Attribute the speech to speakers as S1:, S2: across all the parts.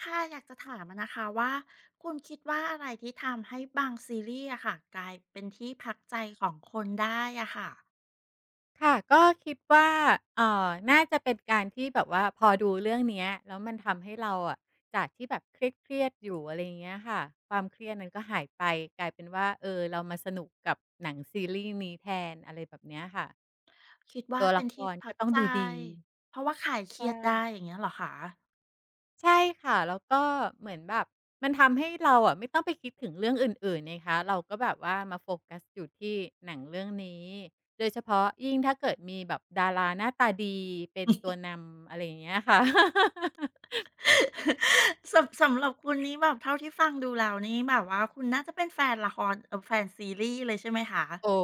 S1: ค่ะอยากจะถามอะนะคะว่าคุณคิดว่าอะไรที่ทำให้บางซีรีส์อะค่ะกลายเป็นที่พักใจของคนได้อะค่ะ
S2: ค่ะก็คิดว่าน่าจะเป็นการที่แบบว่าพอดูเรื่องเนี้ยแล้วมันทำให้เราอะจากที่แบบเครียดๆอยู่อะไรอย่างเงี้ยค่ะความเครียดนั้นก็หายไปกลายเป็นว่าเออเรามาสนุกกับหนังซีรีส์นี้แทนอะไรแบบเนี้ยค่ะ
S1: คิดว่า
S2: ตัว
S1: เป็
S2: ละ
S1: น
S2: ค
S1: ที่
S2: ร
S1: พั
S2: ก็
S1: ก
S2: ต้อง
S1: ใจ
S2: ดูดี
S1: เพราะว่าคลายเครี
S2: ใช่
S1: ยดได้อย่างเงี้ยเหรอคะ
S2: ใช่ค่ะแล้วก็เหมือนแบบมันทำให้เราอะไม่ต้องไปคิดถึงเรื่องอื่นๆนะคะเราก็แบบว่ามาโฟกัสอยู่ที่หนังเรื่องนี้โดยเฉพาะยิ่งถ้าเกิดมีแบบดาราหน้าตาดีเป็นตัว นำอะไรอย่างเงี้ยค่ะ
S1: สำหรับคุณนี้แบบเท่าที่ฟังดูแล้วนี่แบบว่าคุณน่าจะเป็นแฟนละครแฟนซีรีส์เลยใช่ไหมคะ
S2: โอ้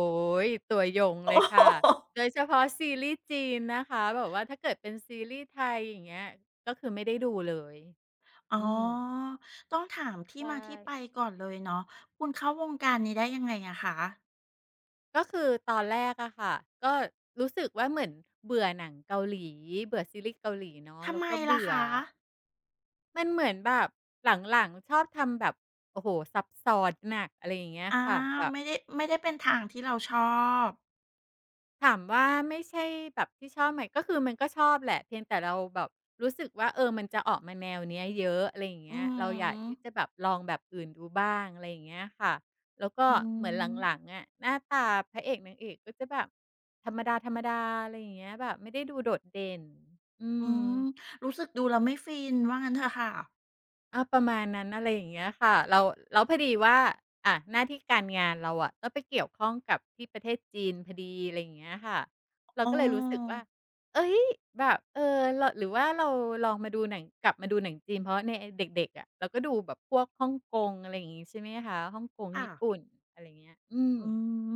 S2: ยตัวยง
S1: โอ้
S2: เลย
S1: โห
S2: ค่ะโดยเฉพาะซีรีส์จีนนะคะแบบว่าถ้าเกิดเป็นซีรีส์ไทยอย่างเงี้ยก็คือไม่ได้ดูเลย
S1: อ๋อ
S2: อืม
S1: ต้องถามที่
S2: ใช่
S1: มาที่ไปก่อนเลยเนาะคุณเข้าวงการนี้ได้ยังไงอะคะ
S2: ก็คือตอนแรกอะค่ะก็รู้สึกว่าเหมือนเบื่อหนังเกาหลีเบื่อซีรีส์เกาหลีเนาะ
S1: ทำ
S2: แล้ว
S1: ไม
S2: ก็
S1: ล่ะ
S2: เบื่อ
S1: คะ
S2: มันเหมือนแบบหลังๆชอบทำแบบโอ้โฮซับซ้อนหนักอะไรอย่างเงี้ย
S1: อา
S2: ค่ะแบบ
S1: ไม่ได้เป็นทางที่เราชอบ
S2: ถามว่าไม่ใช่แบบที่ชอบไหมก็คือมันก็ชอบแหละเพียงแต่เราแบบรู้สึกว่าเออมันจะออกมาแนวเนี้ยเยอะอะไรอย่าง
S1: อื
S2: เงี้
S1: อ
S2: ยเราอยาก
S1: ฮึ
S2: ที่จะแบบลองแบบอื่นดูบ้างอะไรอย่างเงี้ยค่ะแล้วก็
S1: อื
S2: เหมือนหลัง
S1: ม
S2: ๆอะหน้าตาพระเอกนางเอกก็จะแบบธรรมดาๆอะไรอย่างเงี้ยแบบไม่ได้ดูโดดเด่นอื
S1: อื
S2: ม
S1: มรู้สึกดูแล้วไม่ฟินว่างั้นเถอะค่ะ
S2: อาประมาณนั้นอะไรอย่างเงี้ยค่ะเราแล้วพอดีว่าอะหน้าที่การงานเราอะก็ไปเกี่ยวข้องกับที่ประเทศจีนพอดีอะไรอย่างเงี้ยค่ะเรา
S1: เอ
S2: ก็เลยรู้สึกว่า
S1: อ
S2: เฮ้ยแบบเออเราหรือว่าเราลองมาดูหนังกลับมาดูหนังจีนเพราะในเด็กๆอะเราก็ดูแบบพวกฮ่องกงอะไรอย่างงี้ใช่ไหมคะฮ่องกง
S1: ค่ะ
S2: ญี่ปุ่นอะไรอย่างเงี้ยอืม
S1: อืม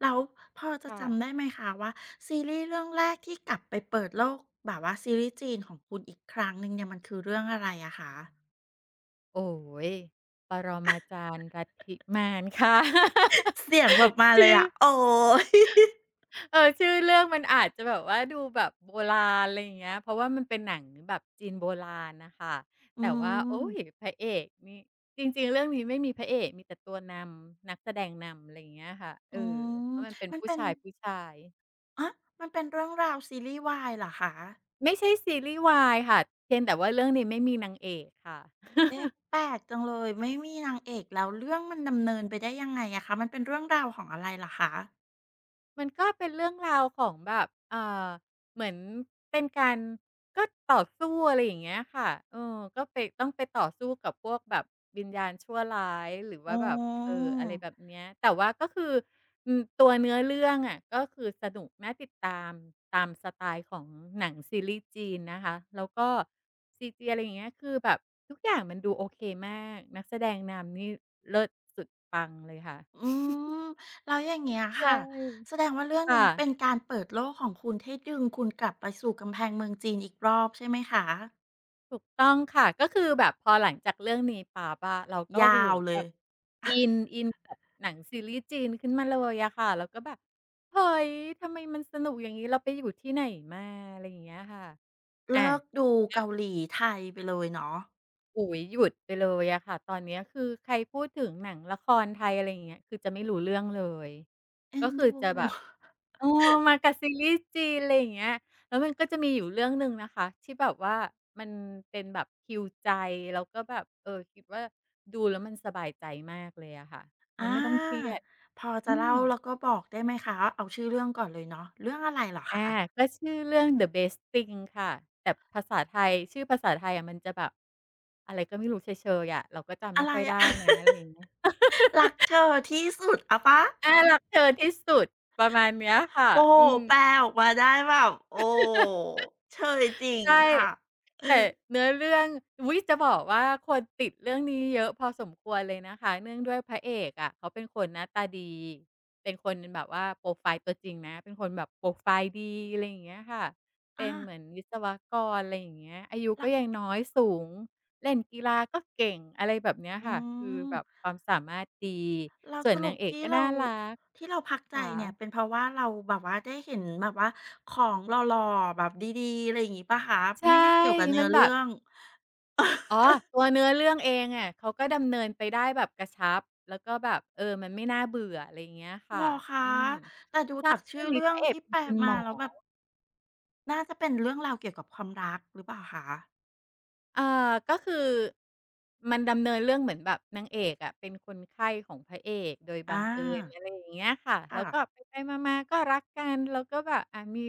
S1: แล้วพอจะจำได้
S2: ค่ะ
S1: ไหมคะว่าซีรีส์เรื่องแรกที่กลับไปเปิดโลกแบบว่าซีรีส์จีนของคุณอีกครั้งหนึ่งเนี่ยมันคือเรื่องอะไรอะคะ
S2: โอ้โฮปรมาจารย์ลัทธิมารค่ะ
S1: เสียงแบบ มาเลย
S2: ชื่อ
S1: อะโอ๊ย
S2: เออชื่อเรื่องมันอาจจะแบบว่าดูแบบโบราณอะไรอย่างเงี้ยเพราะว่ามันเป็นหนังแบบจีนโบราณน่ะค่ะ
S1: อื
S2: แต่ว่าโอ๊
S1: ม
S2: ยพระเอกนี่จริงๆเรื่องนี้ไม่มีพระเอกมีแต่ตัวนำนักแสดงนำอะไรอย่างเงี้ยค่ะเอ
S1: อื
S2: อเพ
S1: ม
S2: ราะมันเป็น
S1: มัน
S2: ผู้
S1: เป็น
S2: ชายผู้ชาย
S1: ฮะมันเป็นเรื่องราวซีรีส์วายเหรอคะ
S2: ไม่ใช่ซีรีส์วายค่ะเพียงแต่ว่าเรื่องนี้ไม่มีนางเอกค่ะ
S1: เอ๊ะแปลกจังเลยไม่มีนางเอกแล้วเรื่องมันดำเนินไปได้ยังไงอะคะมันเป็นเรื่องราวของอะไรเหรอคะ
S2: มันก็เป็นเรื่องราวของแบบเหมือนเป็นการก็ต่อสู้อะไรอย่างเงี้ยค่ะเออก็ไปต้องไปต่อสู้กับพวกแบบวิญญาณชั่วร้ายหรือ
S1: อ๋
S2: ว่าแบบ
S1: อ
S2: อะไรแบบเนี้ยแต่ว่าก็คืออืมตัวเนื้อเรื่องอะก็คือสนุกน่าติดตามตามสไตล์ของหนังซีรีส์จีนนะคะ แล้วก็ c ีจีอะไรอย่างเงี้ยคือแบบทุกอย่างมันดูโอเคมากนักแสดงนำนี่เลิศสุด
S1: อืมแล้วอย่างเงี้ย
S2: ใช่
S1: ค่ะแสดงว่าเรื่องเนี้ยเป็น
S2: ค่ะ
S1: การเปิดโลกของคุณให้ดึงคุณกลับไปสู่กำแพงเมืองจีนอีกรอบใช่ไหมคะ
S2: ถูกต้องค่ะก็คือแบบพอหลังจากเรื่องนี้ปั๊บอะเราก็โอ้โฮ
S1: ยาวเล
S2: แบ
S1: ย
S2: บอินอินกับหนังซีรีส์จีนขึ้นมาเลยอะค่ะแล้วก็แบบเฮ้ยทำไมมันสนุกอย่างงี้เราไปอยู่ที่ไหนมาอะไรอย่างเงี้ยค่ะอา
S1: เลิกดู
S2: ก็
S1: เกาหลีไทยไปเลยเนาะ
S2: อุ๊ยหยุดไปเลยอะค่ะตอนเนี้ยคือใครพูดถึงหนังละครไทยอะไรอย่างเงี้ยคือจะไม่รู้เรื่องเลย
S1: เอ็
S2: ก็
S1: น
S2: คื
S1: ดู
S2: อจะแบบเออมากับซีรีส์จีนอะไรอย่างเงี้ยแล้วมันก็จะมีอยู่เรื่องหนึ่งนะคะที่แบบว่ามันเป็นแบบ heal ใจแล้วก็แบบเออคิดว่าดูแล้วมันสบายใจมากเลยอะค่ะ
S1: อ
S2: มันไม่ต้องเครีย
S1: า
S2: ด
S1: พอ
S2: อื
S1: จะ
S2: ม
S1: เล่าแล้วก็บอกได้ไหมคะเอาชื่อเรื่องก่อนเลยเนาะเรื่องอะไรเหรอคะ
S2: อาก็ชื่อเรื่อง The Best Thing ค่ะแต่ภาษาไทยชื่อภาษาไทยอะมันจะแบบอะไรก็ไม่รู้เชยๆอะเราก็จำ
S1: อะ
S2: ไม่
S1: ไร
S2: ค่อย
S1: อะ
S2: ได้นะอะไรอย่างเงี้ย
S1: รักเธอที่สุดอะเปล่า
S2: อารักเธอที่สุดประมาณเนี้ยค่ะ
S1: โอ้โฮ
S2: อืม
S1: แปลออกมาได้แบบโอ้เชยจริง
S2: ใช่
S1: ค่ะ
S2: แต่เนื้อเรื่องอุ๊ยจะบอกว่าคนติดเรื่องนี้เยอะพอสมควรเลยนะคะเนื่องด้วยพระเอกอะเขาเป็นคนหน้าตาดีเป็นคนแบบว่าโพรไฟล์ตัวจริงนะเป็นคนแบบโพรไฟล์ดีอะไรอย่างเงี้ยค่ะเป็
S1: อา
S2: นเหมือนวิศวกรอะไรอย่างเงี้ยอายุ
S1: แล้
S2: ก็
S1: ว
S2: ยังน้อยสูงเล่นกีฬาก็เก่งอะไรแบบเนี้ย
S1: อื
S2: ค่ะคือ
S1: ม
S2: แบบความสามารถดี
S1: แล้ว
S2: ส่
S1: ส
S2: วน
S1: รุ
S2: นา
S1: ป
S2: งเอกก็น่ารัก
S1: ที่เราพักใจเนี่ยเป็
S2: ค่ะ
S1: นเพราะว่าเราแบบว่าได้เห็นแบบว่าของหล่อๆแบบดีๆอะไรอย่างงี้เปล่าคะ
S2: ใช่
S1: ไม่ได้เกี่ยวกับเนื้
S2: มั
S1: อ
S2: นแบ
S1: เรื่
S2: บ
S1: อง
S2: อ๋อตัวเนื้อเรื่องเองอะเขาก็ดำเนินไปได้แบบกระชับแล้วก็แบบมันไม่น่าเบื่ออะไรอย่างเงี้ย
S1: เหร
S2: ค่ะ
S1: อคะ
S2: อืม
S1: แต่ดูจากชื่
S2: เรื่
S1: อ
S2: องนี้
S1: เรื่
S2: พ
S1: อง
S2: ระเอก
S1: ที่
S2: เป็
S1: แป
S2: น
S1: ล
S2: คุณหม
S1: มา
S2: อ
S1: แล้วแบบน่าจะเป็นเรื่องราวเกี่ยวกับความรักหรือเปล่าคะ
S2: อ่าก็คือมันดำเนินเรื่องเหมือนแบบนางเอกอะเป็นคนไข้ของพระเอกโดยบัง
S1: อา
S2: เอิญอะไรอย่างเงี้ยค่ะแล้
S1: ค่ะ
S2: วก็ไปๆมาๆก็รักกันแล้วก็แบบมี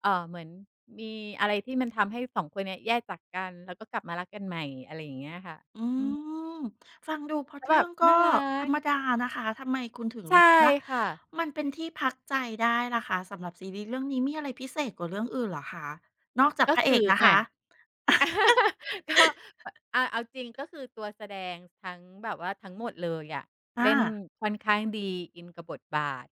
S2: เหมือนมีอะไรที่มันทำให้สองคนเนี้ยแยกจากกันแล้วก็กลับมารักกันใหม่อะไรอย่างเงี้ยค่ะ
S1: อื
S2: อืม
S1: มฟังดูพล็อต
S2: แล้วแบ
S1: เรื่อ
S2: บ
S1: งก็
S2: น่ารั
S1: ธร
S2: ก
S1: รมดานะคะ ทำไมคุณถึง
S2: ใช่
S1: รู้สึกว่า
S2: ค่ะ
S1: มันเป็นที่พักใจได้ล่ะคะสำหรับซีรีส์เรื่องนี้มีอะไรพิเศษกว่าเรื่องอื่นเหรอคะนอกจาก
S2: ก็
S1: พระเอ
S2: คื
S1: ก
S2: อ
S1: นะคะ
S2: ก็เอาจริงก็คือตัวแสดงทั้งแบบว่าทั้งหมดเลยอะ
S1: อา
S2: เล่นค่อนข้างดีอินกับบทบาท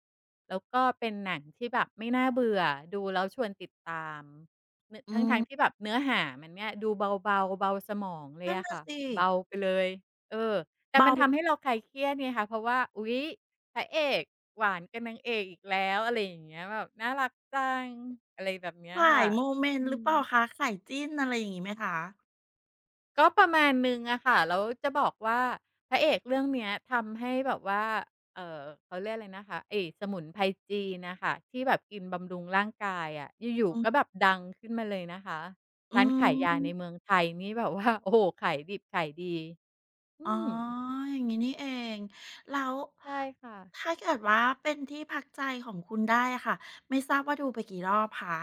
S2: แล้วก็เป็นหนังที่แบบไม่น่าเบื่อดูแล้วชวนติดตามเนื้อ
S1: อื
S2: ทั้งๆที่แบ
S1: ม
S2: บเนื้อหามันเนี่ยดูเบาๆเบาสมองเลย
S1: นั่น
S2: อะ
S1: น่ะ
S2: ค่ะ
S1: สิ
S2: เบาไปเลยเออแต่มั
S1: เบา
S2: นทำให้เราคลายเครียดไงคะเพราะว่าอุ๊ยพระเอกหวานกับนางเอกอีกแล้วอะไรอย่างเงี้ยแบบน่ารักจังอะไรแบบเนี้ย
S1: ข่า
S2: ค่ะ
S1: ยโมเมน
S2: อื
S1: ต์หรือ
S2: ม
S1: เปล่าคะข่ายจิ้นอะไรอย่างงี้ไหมคะ
S2: ก็ประมาณหนึ่งอะค่ะแล้วจะบอกว่าพระเอกเรื่องเนี้ยทำให้แบบว่าเขาเรียกอะไรนะคะไอ้สมุนไพรจีนนะคะที่แบบกินบำรุงร่างกายอะอยู่
S1: อื
S2: ๆก็แบ
S1: ม
S2: บดังขึ้นมาเลยนะคะ
S1: อื
S2: ร้านขายยาในเมือ
S1: ม
S2: งไทยนี่แบบว่า โอ้โหขายดิบขายดีอื
S1: อ๋อ
S2: ม
S1: อย่างงี้นี่เองแล้ว
S2: ใช่ค่ะ
S1: ถ้าเกิดว่าเป็นที่พักใจของคุณได้อะค่ะไม่ทราบว่าดูไปกี่รอบคะ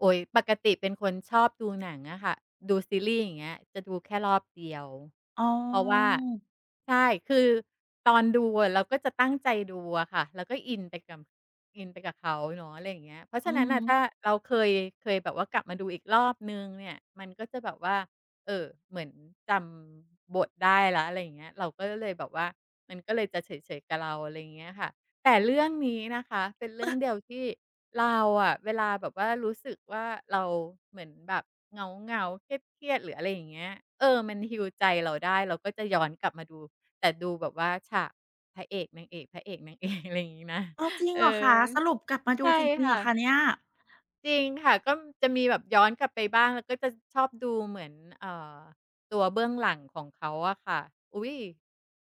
S2: โอ๊ยปกติเป็นคนชอบดูหนังอะค่ะดูซีรีส์อย่างเงี้ยจะดูแค่รอบเดียว
S1: อ๋
S2: เพราะว่า
S1: อ
S2: ใช่คือตอนดูอะเราก็จะตั้งใจดูอะค่ะแล้วก็อินไปกับเขาเนาะอะไรอย่างเงี้ยเพราะ
S1: อื
S2: ฉะนั้นน่ะถ้า
S1: ม
S2: เราเคยแบบว่ากลับมาดูอีกรอบหนึ่งเนี่ยมันก็จะแบบว่าเหมือนจำบทได้แล้วอะไรอย่างเงี้ยเราก็เลยแบบว่ามันก็เลยจะเฉยๆกับเราอะไรอย่างเงี้ยค่ะ แต่เรื่องนี้นะคะเป็นเรื่องเดียวที่เราอะเวลาแบบว่ารู้สึกว่าเราเหมือนแบบเหงาๆเครียดๆหรืออะไรอย่างเงี้ยมันฮิวใจเราได้เราก็จะย้อนกลับมาดูแต่ดูแบบว่าฉากพระเอกนางเอกพระเอกนางเอก อะไรอย่างงี้นะ
S1: อ้าวจริง
S2: เออ
S1: เหรอคะ สรุปกลับมาดู
S2: ใช่
S1: จริงๆเหร
S2: ค่ะ
S1: อคะเนี่ย
S2: จริงค่ะก็จะมีแบบย้อนกลับไปบ้างแล้วก็จะชอบดูเหมือนเอ่อตัวเบื้องหลังของเขาอะค่ะอุ๊ย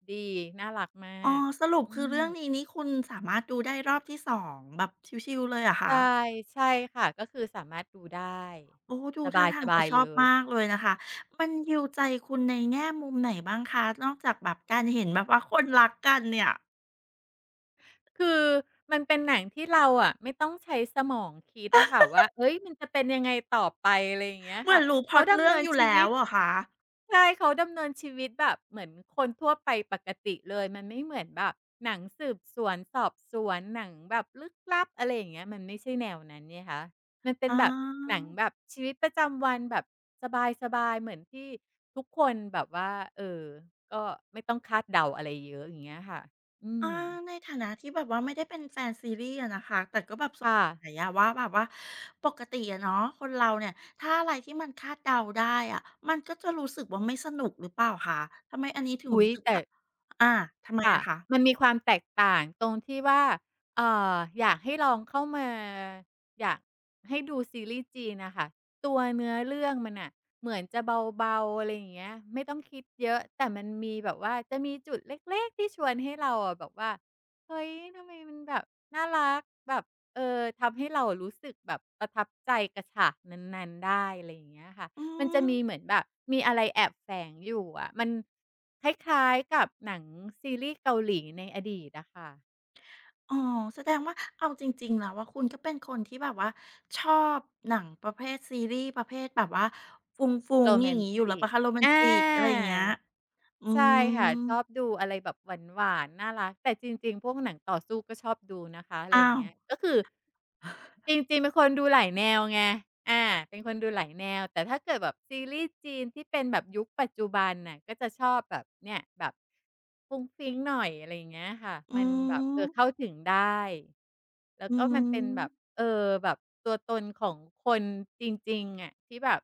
S2: ดีน่ารักมา
S1: อ๋อ
S2: ก
S1: สรุป
S2: อื
S1: คือเรื่องนี้
S2: ม
S1: นี่คุณสามารถดูได้รอบที่สองแบบชิลๆเลยเหรอคะ
S2: ใช่ใช่ค่ะก็คือสามารถดูได้
S1: โอ้ดูท่าทา
S2: ส
S1: ง
S2: บา
S1: จะ
S2: ย
S1: ช
S2: ๆ
S1: อ
S2: เล
S1: บ
S2: ย
S1: มากเลยนะคะมันฮีลใจคุณในแง่มุมไหนบ้างคะ นอกจากแบบการเห็นแบบว่าคนรักกันเนี่ย
S2: คือมันเป็นหนังที่เราอะไม่ต้องใช้สมองคิดอะค่ะว่าเฮ้ยมันจะเป็นยังไงต่อไปอะไรอย่างเงี้ย
S1: เหมือ
S2: ค่ะ
S1: นรู้พล็
S2: เขา
S1: อต
S2: ดำ
S1: เรื่อง
S2: เนิน
S1: อยู่
S2: ชี
S1: แล้
S2: วิ
S1: ว
S2: ต
S1: เหรอคะ
S2: ใช่เขาดำเนินชีวิตแบบเหมือนคนทั่วไปปกติเลยมันไม่เหมือนแบบหนังสืบสวนสอบสวนหนังแบบลึกลับอะไรอย่างเงี้ยมันไม่ใช่แนวนั้นไงคะมันเป็
S1: อ
S2: นแบบหนัง
S1: า
S2: แบบชีวิตประจำวันแบบสบายๆเหมือนที่ทุกคนแบบว่าเออก็ไม่ต้องคาดเดาอะไรเยอะอย่างเงี้ยค่ะอื
S1: อา
S2: ม
S1: ในฐานะที่แบบว่าไม่ได้เป็นแฟนซีรีส์อะนะคะแต่ก็แบบสง
S2: ค่ะ
S1: สัยอะว่าแบบว่าปกติอะเนาะคนเราเนี่ยถ้าอะไรที่มันคาดเดาได้อะมันก็จะรู้สึกว่าไม่สนุกหรือเปล่าคะทำไมอันนี้ถึง
S2: อุ๊ย
S1: รู้สึก
S2: แต่
S1: ว่าอาทำไม
S2: ค่ะ
S1: อะคะ
S2: มันมีความแตกต่างตรงที่ว่าเอ่ออยากให้ลองเข้ามาอยากให้ดูซีรีส์จีนน่ะค่ะตัวเนื้อเรื่องมันน่ะเหมือนจะเบาๆอะไรอย่างเงี้ยไม่ต้องคิดเยอะแต่มันมีแบบว่าจะมีจุดเล็กๆที่ชวนให้เราอะแบบว่าเฮ้ยทำไมมันแบบน่ารักแบบทำให้เรารู้สึกแบบประทับใจกับฉากนั้นๆได้อะไรอย่างเงี้ยค่ะ
S1: อื
S2: มันจะ
S1: ม
S2: มีเหมือนแบบมีอะไรแอบแฝงอยู่อะมันคล้ายๆกับหนังซีรีส์เกาหลีในอดีตอะค่ะ
S1: อ๋อแสดงว่าเอาจริงๆแล้วอะคุณก็เป็นคนที่แบบว่าชอบหนังประเภทซีรีส์ประเภทแบบว่าฟุ้
S2: โร
S1: งๆ
S2: แม
S1: อย่าง
S2: น
S1: งี้อยู่แล้ว
S2: ติ
S1: เป
S2: ก
S1: ล่าคะโรแมน
S2: อา
S1: ติกอะไรอย่างเงี้ยอื
S2: ใช่
S1: ม
S2: ค่ะชอบดูอะไรแบบหวานๆน่ารักแต่จริงๆพวกหนังต่อสู้ก็ชอบดูนะคะอะไรอ
S1: อ้า
S2: ย่าง
S1: ว
S2: เงี้ยก็คือ จริงๆเป็นคนดูหลายแนวไงอาเป็นคนดูหลายแนวแต่ถ้าเกิดแบบซีรีส์จีนที่เป็นแบบยุคปัจจุบันน่ะก็จะชอบแบบเนี่ยแบบฟรุ้งฟริ้งหน่อยอะไรอย่างเงี้ยค่ะ
S1: อื
S2: มันแบบ
S1: ม
S2: เข้าถึงได้ แล้ว
S1: อื
S2: ก็มันเป็นแบบ
S1: ม
S2: แบบตัวตนของคนจริงๆอะที่แบบ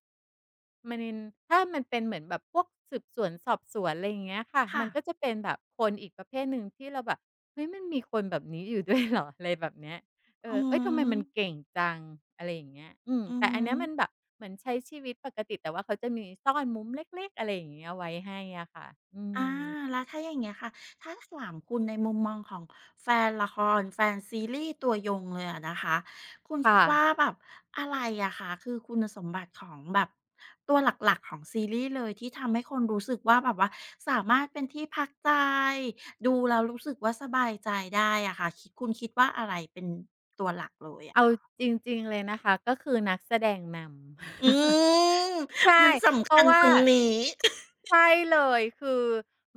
S2: มันถ้ามันเป็นเหมือนแบบพวกสืบสวนสอบสวนอะไรอย่างเงี้ยค่ะ
S1: ค่ะ
S2: มันก็จะเป็นแบบคนอีกประเภทหนึ่งที่เราแบบเฮ้ยมันมีคนแบบนี้อยู่ด้วยเหรออะไรแบบเนี้ย
S1: อื
S2: อเอ้ย ทำไม
S1: ม
S2: มันเก่งจังอะไรอย่างเงี้ยอืม
S1: อื
S2: แต่อันเนี้ยมันแบ
S1: ม
S2: บเหมือนใช้ชีวิตปกติแต่ว่าเขาจะมีซ่อนมุมเล็กๆอะไรอย่างเงี้ยไว้ให้อะค่ะ อืม
S1: อาแล้วถ้าอย่างเงี้ยค่ะถ้าถามคุณในมุมมองของแฟนละครแฟนซีรีส์ตัวยงเลยอะนะคะคุณคิด
S2: ค่ะ
S1: ว่าแบบอะไรอะคะคือคุณสมบัติของแบบตัวหลักๆของซีรีส์เลยที่ทำให้คนรู้สึกว่าแบบว่าสามารถเป็นที่พักใจ ดูแล้วรู้สึกว่าสบายใจได้อะค่ะคุณคิดว่าอะไรเป็นตัวหลักเลย
S2: เอา
S1: อะ
S2: จริงๆเลยนะคะก็คือนักแสดงน
S1: อื
S2: ำ
S1: ม
S2: ใช่
S1: มัน
S2: เพ
S1: สำคั
S2: ราะ
S1: ญต
S2: ว่า
S1: รงนี้
S2: ใช่เลยคือ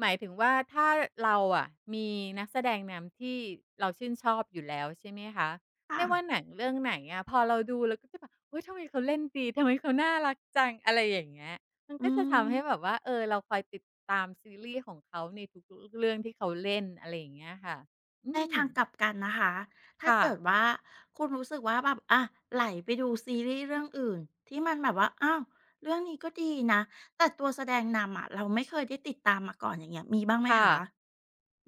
S2: หมายถึงว่าถ้าเราอะมีนักแสดงนำที่เราชื่นชอบอยู่แล้วใช่ไหมคะ
S1: ค่ะ
S2: ไม่ว่าหนังเรื่องไหนอะพอเราดูเราก็จะแบบเฮ้ยทำไมเขาเล่นดีทำไมเขาน่ารักจังอะไรอย่างเงี้ยมัน
S1: อื
S2: ก็จะ
S1: ม
S2: ทำให้แบบว่าเออเราคอยติดตามซีรีส์ของเขาในทุกๆเรื่องที่เขาเล่นอะไรอย่างเงี้ยค่ะอื
S1: ใน
S2: ม
S1: ทางกลับกันนะคะ ถ้า
S2: ค่ะ
S1: เกิดว่าคุณรู้สึกว่าแบบอะไหลไปดูซีรีส์เรื่องอื่นที่มันแบบว่าอ้าวเรื่องนี้ก็ดีนะแต่ตัวแสดงนำอะเราไม่เคยได้ติดตามมาก่อนอย่างเงี้ยมีบ้างไหม
S2: ค่ะ
S1: คะ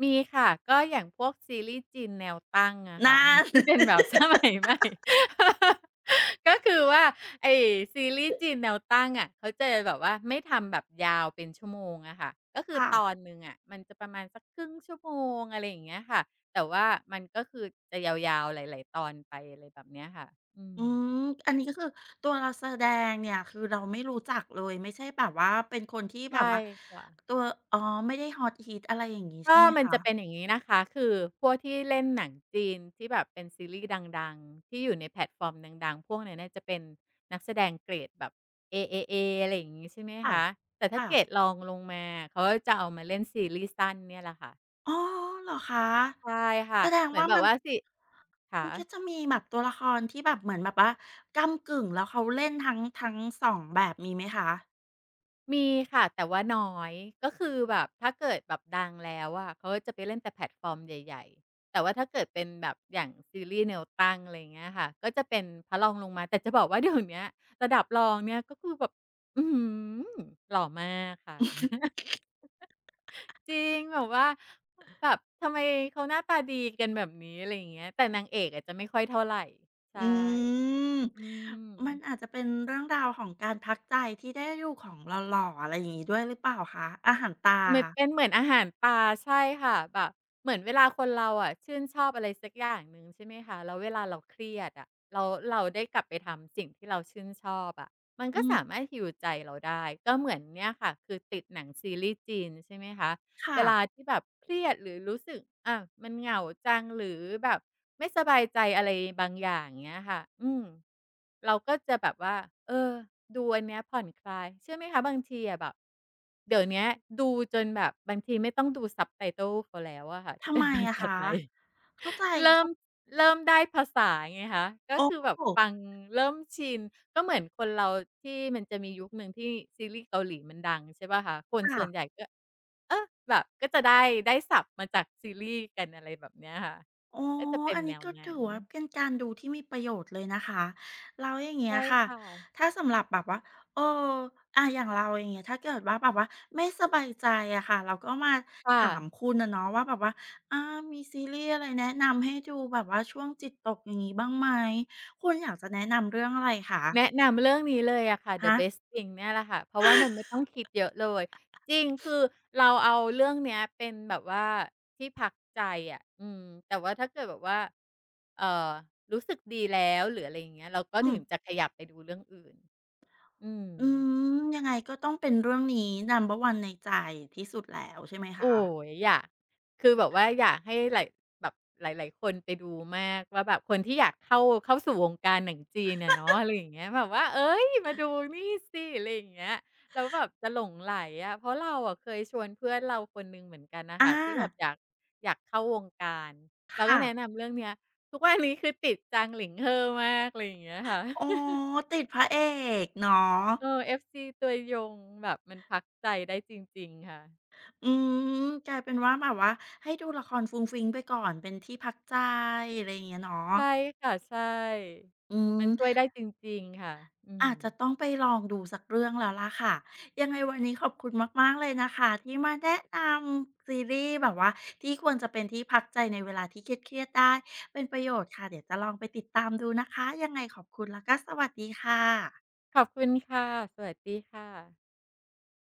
S2: มีค่ะก็อย่างพวกซีรีส์จีนแนวตั้งอะค่ะ
S1: นัน
S2: ที่เป็นแบบส มัยใหม่ ก็คือว่าไอซีรีส์จีนแนวตั้งอะเขาจะแบบว่าไม่ทำแบบยาวเป็นชั่วโมงอะค่ะก็คือ
S1: ค่ะ
S2: ตอนหนึ่งอะมันจะประมาณสักครึ่งชั่วโมงอะไรอย่างเงี้ยค่ะแต่ว่ามันก็คือจะยาวๆหลายๆตอนไปอะไรแบบเนี้ยค่ะอื
S1: อื
S2: ม
S1: มอันนี้ก็คือตัวเราแสดงเนี่ยคือเราไม่รู้จักเลยไม่ใช่แบบว่าเป็นคนที่แบ
S2: ใช่
S1: บว่า
S2: ค่ะ
S1: ตัวอ๋อไม่ได้ฮอตฮิตอะไรอย่างงี้ใช่
S2: ก็
S1: ไหม
S2: มัน
S1: คะ
S2: จะเป็นอย่างนี้นะคะคือพวกที่เล่นหนังจีนที่แบบเป็นซีรีส์ดังๆที่อยู่ในแพลตฟอร์มดังๆพวกนั้นน่ะจะเป็นนักแสดงเกรดแบบ AAA อเอเออะไรอย่างงี้ใช่ไหม
S1: ค่ะ
S2: คะแต่ถ้าเกรด
S1: ค่ะ
S2: รองลงมาเขาก็จะเอามาเล่นซีรีส์สั้นเนี่ยแหละค่ะ
S1: อ๋อเหรอคะ
S2: ใช่ค่ะ
S1: แสดง
S2: เหมือ
S1: ว่า
S2: นแบบว่าสิขา
S1: มันก็จะมีแบบตัวละครที่แบบเหมือนแบบว่าก้ำกึ่งแล้วเขาเล่นทั้งสองแบบมีไหมคะ
S2: มีค่ะแต่ว่าน้อยก็คือแบบถ้าเกิดแบบดังแล้วอะเขาก็จะไปเล่นแต่แพลตฟอร์มใหญ่ๆแต่ว่าถ้าเกิดเป็นแบบอย่างซีรีส์แนวตั้งอะไรอย่างเงี้ยค่ะก็จะเป็นพระรองลงมาแต่จะบอกว่า เดี๋ยวเนี้ยระดับรองเนี่ยก็คือแบบอื้อฮือหล่อมากค่ะ จริงแบบว่าแบบทำไมเขาหน้าตาดีกันแบบนี้อะไรอย่างเงี้ยแต่นางเอกอะจะไม่ค่อยเท่าไรใช่
S1: อืม
S2: อืม
S1: มันอาจจะเป็นเรื่องราวของการพักใจที่ได้ดูของหล่อๆอะไรอย่างงี้ด้วยหรือเปล่าคะอาหารตา
S2: เหมือนเป็นเหมือนอาหารปลาใช่ค่ะแบบเหมือนเวลาคนเราอะชื่นชอบอะไรสักอย่างหนึ่งใช่ไหมคะแล้วเวลาเราเครียดอะแล้วเราได้กลับไปทำสิ่งที่เราชื่นชอบอะมัน
S1: อื
S2: ก็สา
S1: ม
S2: มารถ heal ใจเราได้ก็เหมือนเนี่ยค่ะคือติดหนังซีรีส์จีนใช่ไหมคะ เว
S1: ค่ะ
S2: ลาที่แบบเครียดหรือรู้สึกอ่ามันเหงาจังหรือแบบไม่สบายใจอะไรบางอย่างเงี้ยค่ะอืมเราก็จะแบบว่าเออดูอันเนี้ยผ่อนคลายเชื่อไหมคะบางทีอะแบบเดี๋ยวเนี้ยดูจนแบบบางทีไม่ต้องดู subtitle เขาแล้วอะค่ะที่
S1: ทำ
S2: เป็
S1: ไม
S2: นภา
S1: อะ
S2: ษา
S1: คะ
S2: ไทย
S1: เข้า ใจ
S2: เริ่ม
S1: เข้า
S2: เริ่มได้ภาษาไงคะก็
S1: โอ
S2: คือ
S1: ้
S2: แบบฟังเริ่มชินก็เหมือนคนเราที่มันจะมียุคหนึ่งที่ซีรีส์เกาหลีมันดังใช่เปล่าคะคนส่วนใหญ่
S1: ค่ะ
S2: ก็ เออแบบก็จะได้ศัพท์มาจากซีรีส์กันอะไรแบบเนี้ยค่ะ
S1: อ๋อ
S2: ก็จะเป็น
S1: อัน
S2: แน
S1: นี้
S2: ว
S1: ก็ถื
S2: นั้
S1: อ
S2: น
S1: ว่าเป็นการดูที่มีประโยชน์เลยนะคะแล้วอย่างเงี้ย
S2: ใช่
S1: ค่ะ
S2: ค่ะ
S1: ถ้าสำหรับแบบว่าเอออย่างเราอย่างเงี้ยถ้าเกิดว่าแบบว่าไม่สบายใจอะค่ะเราก็มา
S2: ค่ะ
S1: ถามคุณอะเนาะว่าแบบว่าอามีซีรีส์อะไรแนะนำให้ดูแบบว่าช่วงจิตตกอย่างงี้บ้างไหม คุณอยากจะแนะนำเรื่องอะไร
S2: แนะ
S1: คะ
S2: นำเรื่องนี้เลยอะค่ะ The
S1: ฮะ
S2: Best Thing เนี่ยแหละค่ะเพราะว่ามันไม่ต้องคิดเยอะเลยจริงคือเราเอาเรื่องเนี้ยเป็นแบบว่าที่พักใจอะอืมแต่ว่าถ้าเกิดแบบว่าเอ่อรู้สึกดีแล้วหรืออะไรอย่างเงี้ยเราก็
S1: อื
S2: ถึ
S1: ม
S2: งจะขยับไปดูเรื่องอื่นอืม
S1: อืมยังไงก็ต้องเป็นเรื่องนี้ n u m b e ันในใจที่สุดแล้วใช่ไหมคะ
S2: โอ้ยอยากคือแบบว่าอยากให้หลายแบบหลายๆคนไปดูมากว่าแบบคนที่อยากเข้าสู่วงการหนังจีนอะเนาะอะไรอย่างเงี้ยแบบว่าเอ้ยมาดูนี่สิอะไรอย่างเงี้ยแล้วแบบจะหลงใหลอะเพราะเราอะเคยชวนเพื่อนเราคนหนึ่งเหมือนกันน่ะ
S1: อา
S2: ค่ะที่แบบอยากเข้าวงการเราก็
S1: ค่ะ
S2: แนะนำเรื่องเนี้ยทุกวันนี้คือติดจางหลิงเฮ่อมากอะไรอย่างเงี้ยค่ะ
S1: อ๋อ ติดพระเอกเนาะ
S2: เออ FC ตัวยงแบบมันพักใจได้จริงๆค่ะ
S1: อืมกลายเป็นว่าแบบว่าให้ดูละครฟุ้งฟิ้งไปก่อนเป็นที่พักใจอะไรอย่างเงี้ยเนาะ
S2: ใช่ค่ะใช่
S1: อืม
S2: มันช่วยได้จริงๆค่ะอืม
S1: อาจจะต้องไปลองดูสักเรื่องแล้วล่ะค่ะยังไงวันนี้ขอบคุณมากๆเลยนะคะที่มาแนะนำซีรีส์แบบว่าที่ควรจะเป็นที่พักใจในเวลาที่เครียดๆได้เป็นประโยชน์ค่ะเดี๋ยวจะลองไปติดตามดูนะคะยังไงขอบคุณแล้วก็สวัสดีค่ะ
S2: ขอบคุณค่ะ สวัสดีค่ะ